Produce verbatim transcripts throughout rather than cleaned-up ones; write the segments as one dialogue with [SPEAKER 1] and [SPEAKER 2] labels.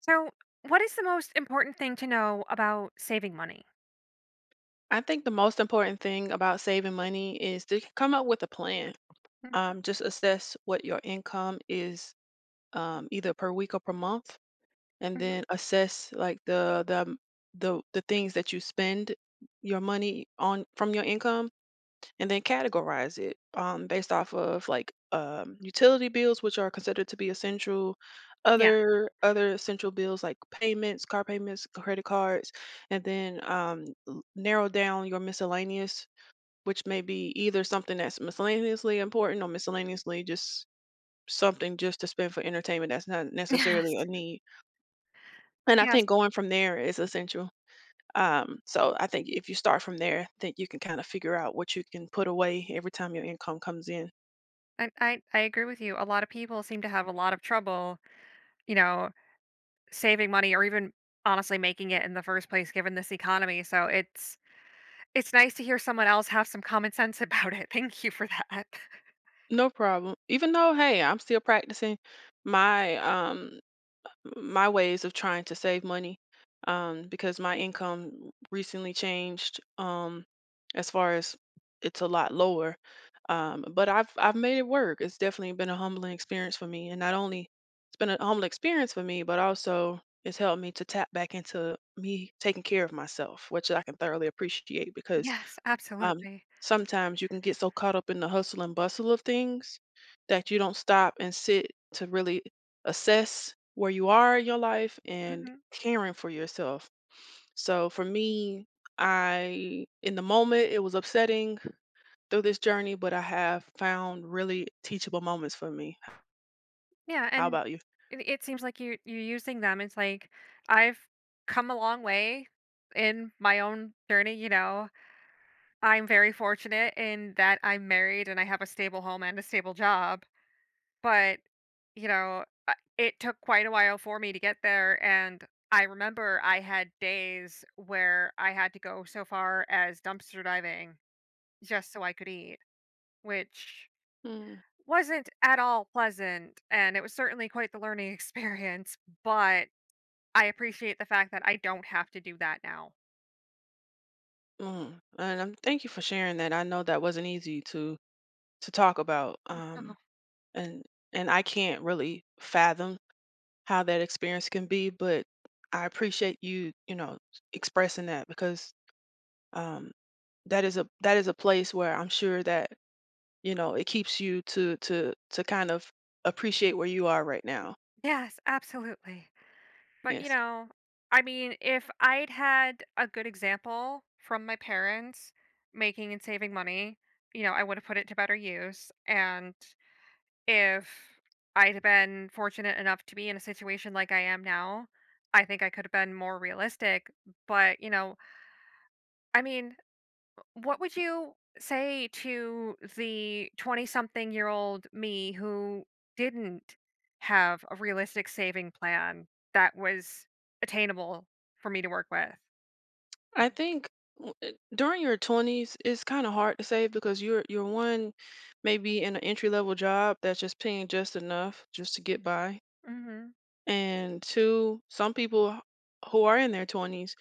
[SPEAKER 1] So, what is the most important thing to know about saving money?
[SPEAKER 2] I think the most important thing about saving money is to come up with a plan.
[SPEAKER 1] Mhm,
[SPEAKER 2] Um, just assess what your income is, um, either per week or per month, and
[SPEAKER 1] mhm.
[SPEAKER 2] then assess like the the um, the the things that you spend your money on from your income, and then categorize it um, based off of like um, utility bills, which are considered to be essential,
[SPEAKER 1] Yeah.
[SPEAKER 2] other other essential bills like payments, car payments, credit cards, and then um, l- narrow down your miscellaneous, which may be either something that's miscellaneously important or miscellaneously just something just to spend for entertainment that's not
[SPEAKER 1] Yes.
[SPEAKER 2] necessarily a need. And I
[SPEAKER 1] Yes.
[SPEAKER 2] think going from there is essential. Um, so I think if you start from there, then you can kind of figure out what you can put away every time your income comes in.
[SPEAKER 1] And I I agree with you. A lot of people seem to have a lot of trouble, you know, saving money or even honestly making it in the first place given this economy. So, it's it's nice to hear someone else have some common sense about it. Thank you for that.
[SPEAKER 2] No problem. Even though, hey, I'm still practicing my um my ways of trying to save money, um, because my income recently changed, um, as far as it's a lot lower. Um, but I've I've made it work. It's definitely been a humbling experience for me, and not only it's been a humbling experience for me, but also it's helped me to tap back into me taking care of myself, which I can thoroughly appreciate because
[SPEAKER 1] Yes,
[SPEAKER 2] um,
[SPEAKER 1] absolutely.
[SPEAKER 2] sometimes you can get so caught up in the hustle and bustle of things that you don't stop and sit to really assess where you are in your life and
[SPEAKER 1] Mhm.
[SPEAKER 2] caring for yourself. So for me, I, in the moment, it was upsetting through this journey, but I have found really teachable moments for me.
[SPEAKER 1] Yeah,
[SPEAKER 2] How
[SPEAKER 1] and
[SPEAKER 2] about you?
[SPEAKER 1] it it seems like you you're using them. It's like I've come a long way in my own journey, you know. I'm very fortunate in that I'm married and I have a stable home and a stable job, but, you know, uh, it took quite a while for me to get there, and I remember I had days where I had to go so far as dumpster diving just so I could eat, which
[SPEAKER 2] Mm,
[SPEAKER 1] wasn't at all pleasant, and it was certainly quite the learning experience, but I appreciate the fact that I don't have to do that now.
[SPEAKER 2] mm. And um, thank you for sharing that. I know that wasn't easy to to talk about. Um,
[SPEAKER 1] Oh,
[SPEAKER 2] and and I can't really fathom how that experience can be, but I appreciate you, you know, expressing that because um, that is a that is a place where I'm sure that you know it keeps you to to to kind of appreciate where you are right now.
[SPEAKER 1] yes, absolutely. But, you
[SPEAKER 2] Yes,
[SPEAKER 1] know, I mean, if I'd had a good example from my parents making and saving money, you know, I would have put it to better use. And if I'd been fortunate enough to be in a situation like I am now, I think I could have been more realistic. But, you know, I mean, what would you say to the twenty something year old me who didn't have a realistic saving plan that was attainable for me to work with?
[SPEAKER 2] I think w- uh, during your twenties it's kind of hard to say because you're you're one, maybe in an entry level job that's just paying just enough just to get by.
[SPEAKER 1] Hmm.
[SPEAKER 2] And two, some people who are in their twenties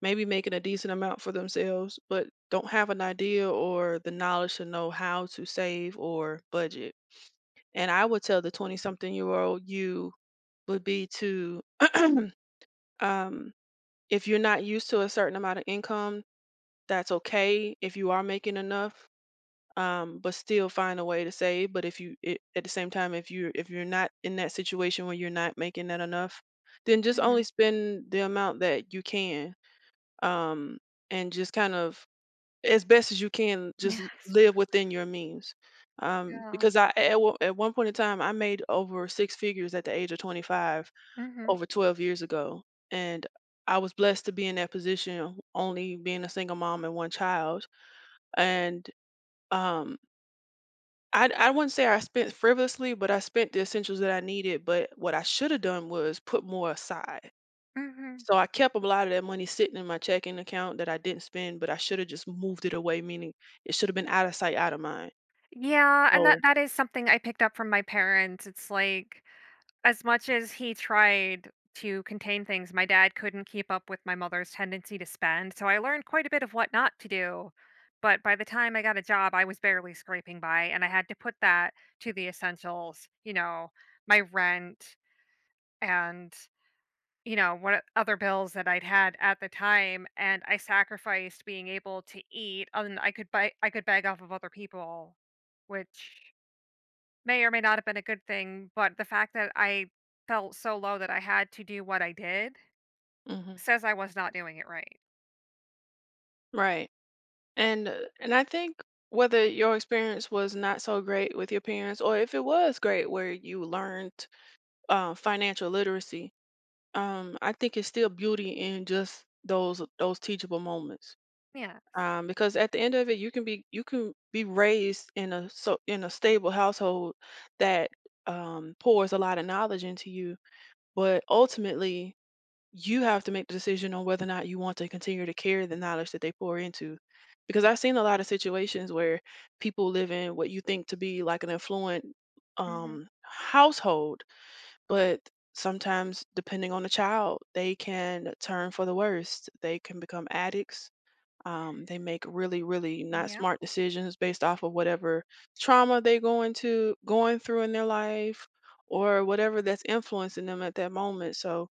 [SPEAKER 2] may be making a decent amount for themselves, but don't have an idea or the knowledge to know how to save or budget. And I would tell the twenty something year old you would be to, um, if you're not used to a certain amount of income, that's okay. If you are making enough, um, but still find a way to save. But if you it, at the same time, if you're if you're not in that situation where you're not making that enough, then just only
[SPEAKER 1] Hmm.
[SPEAKER 2] spend the amount that you can, um, and just kind of as best as you can, just l-
[SPEAKER 1] Yes.
[SPEAKER 2] live within your means. Um,
[SPEAKER 1] Yeah.
[SPEAKER 2] because I at, one- at one point in time, I made over six figures at the age of twenty-five,
[SPEAKER 1] Hmm.
[SPEAKER 2] over twelve years ago, and I was blessed to be in that position, only being a single mom and one child. And um, I I wouldn't say I spent frivolously, but I spent the essentials that I needed, but what I should have done was put more aside.
[SPEAKER 1] Hmm.
[SPEAKER 2] So I kept a lot of that money sitting in my checking account that I didn't spend, but I should have just moved it away, meaning it should have been out of sight, out of mind.
[SPEAKER 1] Yeah. And that,
[SPEAKER 2] Oh,
[SPEAKER 1] that is something I picked up from my parents. It's like, As much as he tried to contain things, my dad couldn't keep up with my mother's tendency to spend, so I learned quite a bit of what not to do. But by the time I got a job, I was barely scraping by, and I had to put that to the essentials, you know, my rent and, you know, what other bills that I'd had at the time. And I sacrificed being able to eat, and I could buy, I could beg off of other people, which May or may not have been a good thing, but the fact that I felt so low that I had to do what I did
[SPEAKER 2] hmm.
[SPEAKER 1] says I was not doing it right.
[SPEAKER 2] Right. And uh, and I think whether your experience was not so great with your parents or if it was great where you learned uh, financial literacy, um, I think it's still beauty in just those those teachable moments.
[SPEAKER 1] Yes.
[SPEAKER 2] Um, because at the end of it you can be you can be raised in a so in a stable household that um, pours a lot of knowledge into you, but ultimately you have to make the decision on whether or not you want to continue to carry the knowledge that they pour into, because I've seen a lot of situations where people live in what you think to be like an affluent
[SPEAKER 1] Mhm.
[SPEAKER 2] um, household, but sometimes depending on the child they can turn for the worst, they can become addicts. Um, they make really really not
[SPEAKER 1] Yep.
[SPEAKER 2] smart decisions based off of whatever trauma they going to going through in their life or whatever that's influencing them at that moment. So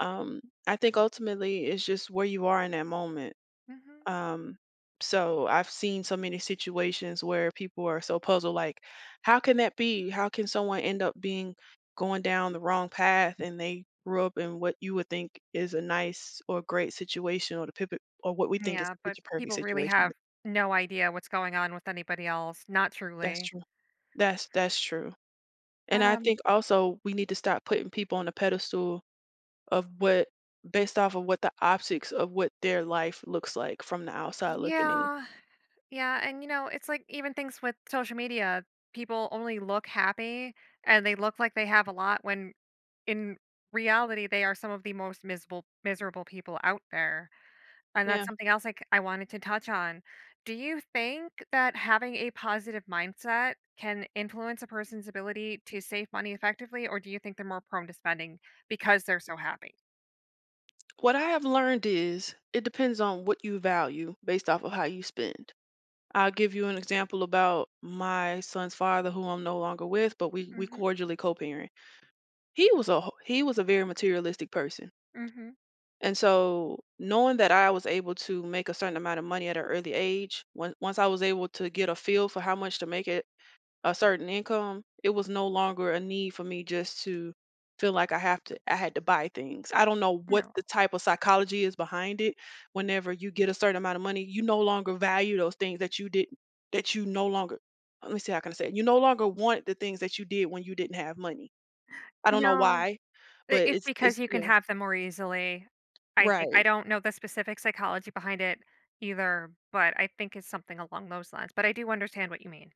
[SPEAKER 2] um, I think ultimately it's just where you are in that moment.
[SPEAKER 1] Mhm.
[SPEAKER 2] um, so I've seen so many situations where people are so puzzled, like, how can that be? How can someone end up being going down the wrong path and they grew up in what you would think is a nice or great situation, or the pip or what we think is
[SPEAKER 1] Yeah,
[SPEAKER 2] the
[SPEAKER 1] but
[SPEAKER 2] picture perfect
[SPEAKER 1] people really
[SPEAKER 2] situation. But
[SPEAKER 1] have no idea what's going on with anybody else, not
[SPEAKER 2] that's
[SPEAKER 1] truly.
[SPEAKER 2] true. That's that's true. And
[SPEAKER 1] But,
[SPEAKER 2] I
[SPEAKER 1] um,
[SPEAKER 2] think also we need to stop putting people on a pedestal of what, based off of what the optics of what their life looks like from the outside looking in.
[SPEAKER 1] yeah. Yeah, and, you know, it's like even things with social media, people only look happy and they look like they have a lot when in reality they are some of the most miserable miserable people out there. And that's something else like I wanted to touch on. Do you think that having a positive mindset can influence a person's ability to save money effectively, or do you think they're more prone to spending because they're so happy?
[SPEAKER 2] What I have learned is it depends on what you value based off of how you spend. I'll give you an example about my son's father, who I'm no longer with, but we we
[SPEAKER 1] Mhm,
[SPEAKER 2] cordially co-parent. He was a ho- he was a very materialistic person,
[SPEAKER 1] mhm.
[SPEAKER 2] and so knowing that I was able to make a certain amount of money at an early age, once once I was able to get a feel for how much to make it a certain income, it was no longer a need for me just to feel like I have to I had to buy things. I don't know what
[SPEAKER 1] No.
[SPEAKER 2] the type of psychology is behind it. Whenever you get a certain amount of money, you no longer value those things that you didn't that you no longer, let me see how can I say it. You no longer want the things that you did when you didn't have money. I don't know
[SPEAKER 1] No.
[SPEAKER 2] why,
[SPEAKER 1] I
[SPEAKER 2] but
[SPEAKER 1] it's
[SPEAKER 2] it's it's
[SPEAKER 1] because you
[SPEAKER 2] yeah,
[SPEAKER 1] can have them more easily, I think. I
[SPEAKER 2] right.
[SPEAKER 1] don't know the specific psychology behind it either, but I think it's something along those lines, but I do understand what you mean.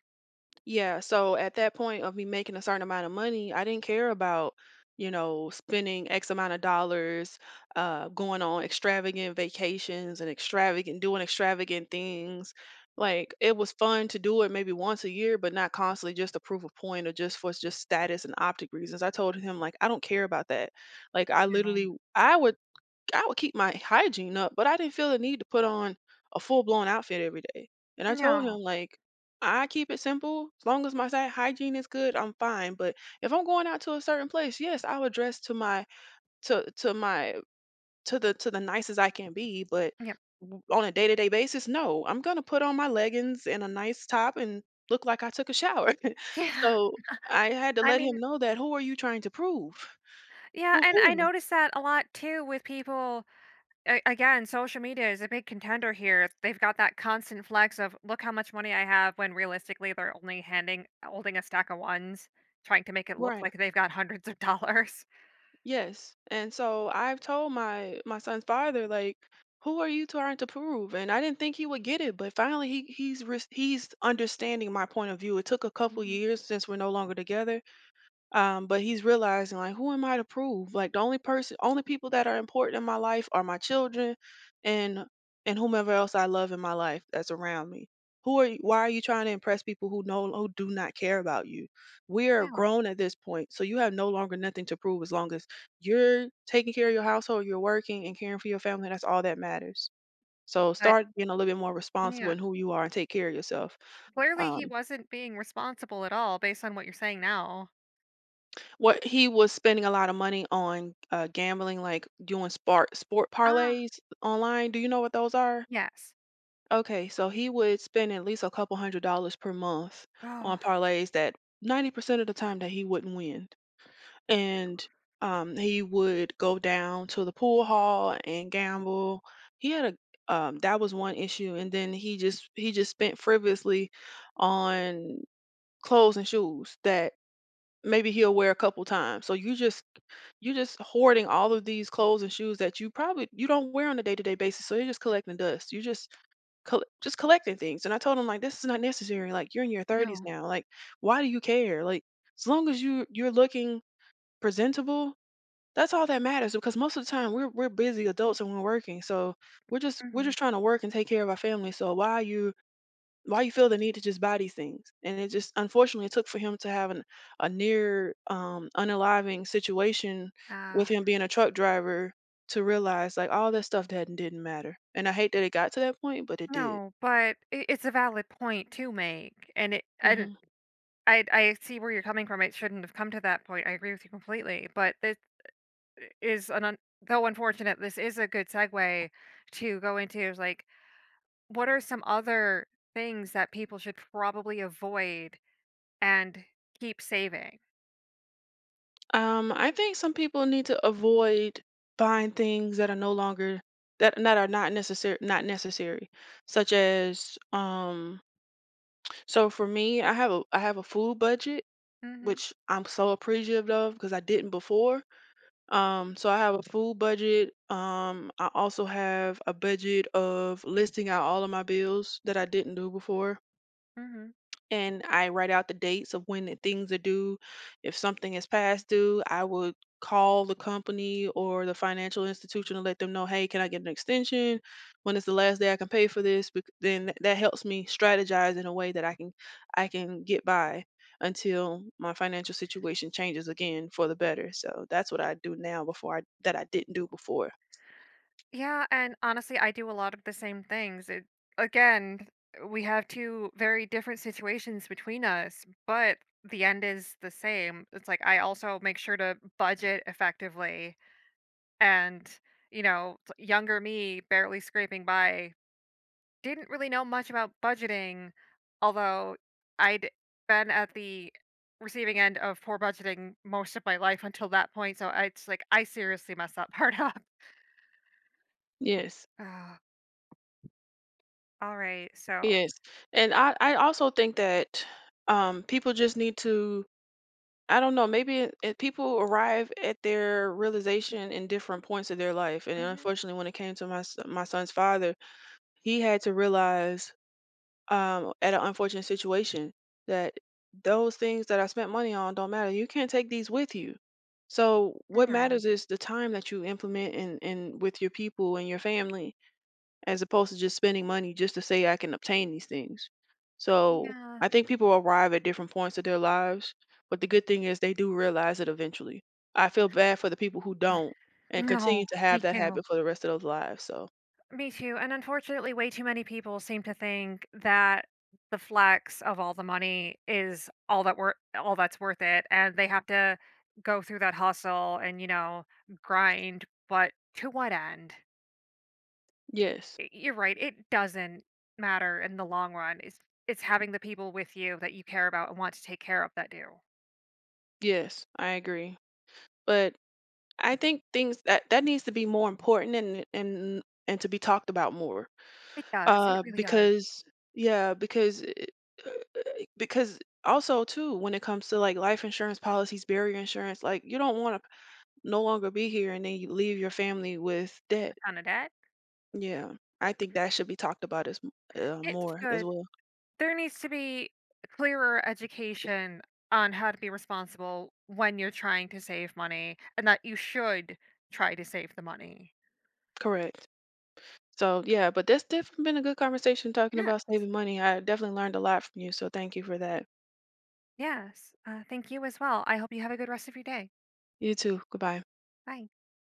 [SPEAKER 2] Yeah, so at that point of me making a certain amount of money, I didn't care about, you know, spending X amount of dollars, uh, going on extravagant vacations and extravagant doing extravagant things. Like it was fun to do it maybe once a year, but not constantly just to prove a point or just for just status and optic reasons. I told him like I don't care about that. Like I
[SPEAKER 1] No.
[SPEAKER 2] literally I would I would keep my hygiene up, but I didn't feel the need to put on a full blown outfit every day. And I told him
[SPEAKER 1] No.
[SPEAKER 2] like I keep it simple. As long as my si- hygiene is good, I'm fine. But if I'm going out to a certain place, yes, I would dress to my to to my to the to the nicest I can be. But
[SPEAKER 1] Yep.
[SPEAKER 2] w- on a day to day basis, no, I'm gonna put on my leggings and a nice top and look like I took a shower.
[SPEAKER 1] Yeah.
[SPEAKER 2] So I had to
[SPEAKER 1] I
[SPEAKER 2] let him
[SPEAKER 1] mean,
[SPEAKER 2] know that, who are you trying to prove?
[SPEAKER 1] yeah,
[SPEAKER 2] For
[SPEAKER 1] and I
[SPEAKER 2] whom?
[SPEAKER 1] notice that a lot too with people. A again, social media is a big contender here. They've got that constant flex of, "Look how much money I have," when realistically, they're only handing holding a stack of ones, trying to make it look
[SPEAKER 2] Right.
[SPEAKER 1] like they've got hundreds of dollars.
[SPEAKER 2] Yes. And so I've told my my son's father like, who are you trying to prove? And I didn't think he would get it, but finally he he's res- he's understanding my point of view. It took a couple
[SPEAKER 1] Mhm.
[SPEAKER 2] years since we're no longer together, um, but he's realizing like, who am I to prove? Like the only person, only people that are important in my life are my children, and and whomever else I love in my life that's around me. Who are you? Why are you trying to impress people who know who do not care about you? We are
[SPEAKER 1] No,
[SPEAKER 2] grown at this point, so you have no longer nothing to prove as long as you're taking care of your household, you're working and caring for your family. That's all that matters. So
[SPEAKER 1] but
[SPEAKER 2] start being a little bit more responsible
[SPEAKER 1] yeah.
[SPEAKER 2] in who you are and take care of yourself.
[SPEAKER 1] Clearly,
[SPEAKER 2] Um,
[SPEAKER 1] he wasn't being responsible at all based on what you're saying now.
[SPEAKER 2] What he was spending a lot of money on, uh, gambling, like doing sport sport
[SPEAKER 1] Ah,
[SPEAKER 2] parlays online. Do you know what those are?
[SPEAKER 1] yes.
[SPEAKER 2] Okay, so he would spend at least a couple hundred dollars per month on
[SPEAKER 1] Oh,
[SPEAKER 2] parlays that ninety percent of the time that he wouldn't win. And um, he would go down to the pool hall and gamble. He had a um, that was one issue, and then he just he just spent frivolously on clothes and shoes that maybe he'll wear a couple times. So you just you're just hoarding all of these clothes and shoes that you probably you don't wear on a day-to-day basis, so you're just collecting dust. You're just colle just collecting things, and I told him, like, "This is not necessary, like, you're in your thirties
[SPEAKER 1] no.
[SPEAKER 2] now, like, why do you care? Like, as long as you you're looking presentable, that's all that matters because most of the time we're we're busy adults and we're working, so we're just we're
[SPEAKER 1] Mhm.
[SPEAKER 2] just trying to work and take care of our family, so why are you why you feel the need to just buy these things." And it just unfortunately it took for him to have an, a near um, unaliving situation with
[SPEAKER 1] Ah,
[SPEAKER 2] him being a truck driver to realize like all that stuff that didn't matter, and I hate that it got to that point, but it did.
[SPEAKER 1] no, but it, it's a valid point to make. And it, I, d-
[SPEAKER 2] Hmm.
[SPEAKER 1] I, I see where you're coming from. It shouldn't have come to that point. I agree with you completely. But this is an, un, though unfortunate, this is a good segue to go into like, what are some other things that people should probably avoid and keep saving?
[SPEAKER 2] um, I think some people need to avoid buying things that are no longer that, that are not necessary not necessary such as um so for me I have a I have a food budget,
[SPEAKER 1] Hmm.
[SPEAKER 2] which I'm so appreciative of because I didn't before. Um, so I have a food budget. Um, I also have a budget of listing out all of my bills that I didn't do before,
[SPEAKER 1] Hmm.
[SPEAKER 2] and I write out the dates of when the things are due. If something is past due, I would call the company or the financial institution to let them know, hey, can I get an extension? When is the last day I can pay for this? Bec- Then th- that helps me strategize in a way that I can I can get by until my financial situation changes again for the better. So that's what I do now before I that I didn't do before.
[SPEAKER 1] Yeah, and honestly, I do a lot of the same things. It, again, we have two very different situations between us, but the end is the same. It's like I also make sure to budget effectively, and you know, t- younger me barely scraping by didn't really know much about budgeting, although I'd been at the receiving end of poor budgeting most of my life until that point. So I- it's like I seriously messed that part up.
[SPEAKER 2] Yes,
[SPEAKER 1] Ah, all right, so
[SPEAKER 2] yes, and I I also think that, um, people just need to, I don't know, maybe it it people arrive at their realization in different points of their life, and
[SPEAKER 1] Mhm.
[SPEAKER 2] unfortunately, when it came to my s my son's father, he had to realize, um, at an unfortunate situation that those things that I spent money on don't matter, you can't take these with you. So, what
[SPEAKER 1] No.
[SPEAKER 2] matters is the time that you implement and and with your people and your family, as opposed to just spending money just to say I can obtain these things. So
[SPEAKER 1] Yeah.
[SPEAKER 2] I think people arrive at different points of their lives, but the good thing is they do realize it eventually. I feel bad for the people who don't and continue
[SPEAKER 1] No.
[SPEAKER 2] to
[SPEAKER 1] Me
[SPEAKER 2] have that
[SPEAKER 1] too.
[SPEAKER 2] habit for the rest of those lives. So
[SPEAKER 1] Me too. And unfortunately, way too many people seem to think that the flex of all the money is all that wor all that's worth it, and they have to go through that hustle and, you know, grind, but to what end?
[SPEAKER 2] yes,
[SPEAKER 1] Y you're right, it doesn't matter in the long run. It's it's having the people with you that you care about and want to take care of that do.
[SPEAKER 2] yes, I agree. But I think things that that needs to be more important and and and to be talked about more.
[SPEAKER 1] It does, it
[SPEAKER 2] Uh,
[SPEAKER 1] really does.
[SPEAKER 2] because yeah, because it, because also too when it comes to like life insurance policies, barrier insurance, like you don't want to no longer be here and then you leave your family with debt,
[SPEAKER 1] A ton of debt.
[SPEAKER 2] yeah, I think that should be talked about as m- uh,
[SPEAKER 1] It
[SPEAKER 2] more as
[SPEAKER 1] should
[SPEAKER 2] well.
[SPEAKER 1] There needs to be clearer education on how to be responsible when you're trying to save money and that you should try to save the money.
[SPEAKER 2] Correct. So yeah, but that's definitely been a good conversation talking
[SPEAKER 1] Yeah.
[SPEAKER 2] about saving money. I definitely learned a lot from you, so thank you for that.
[SPEAKER 1] Yes. Uh, thank you as well. I hope you have a good rest of your day.
[SPEAKER 2] You too, goodbye.
[SPEAKER 1] Bye.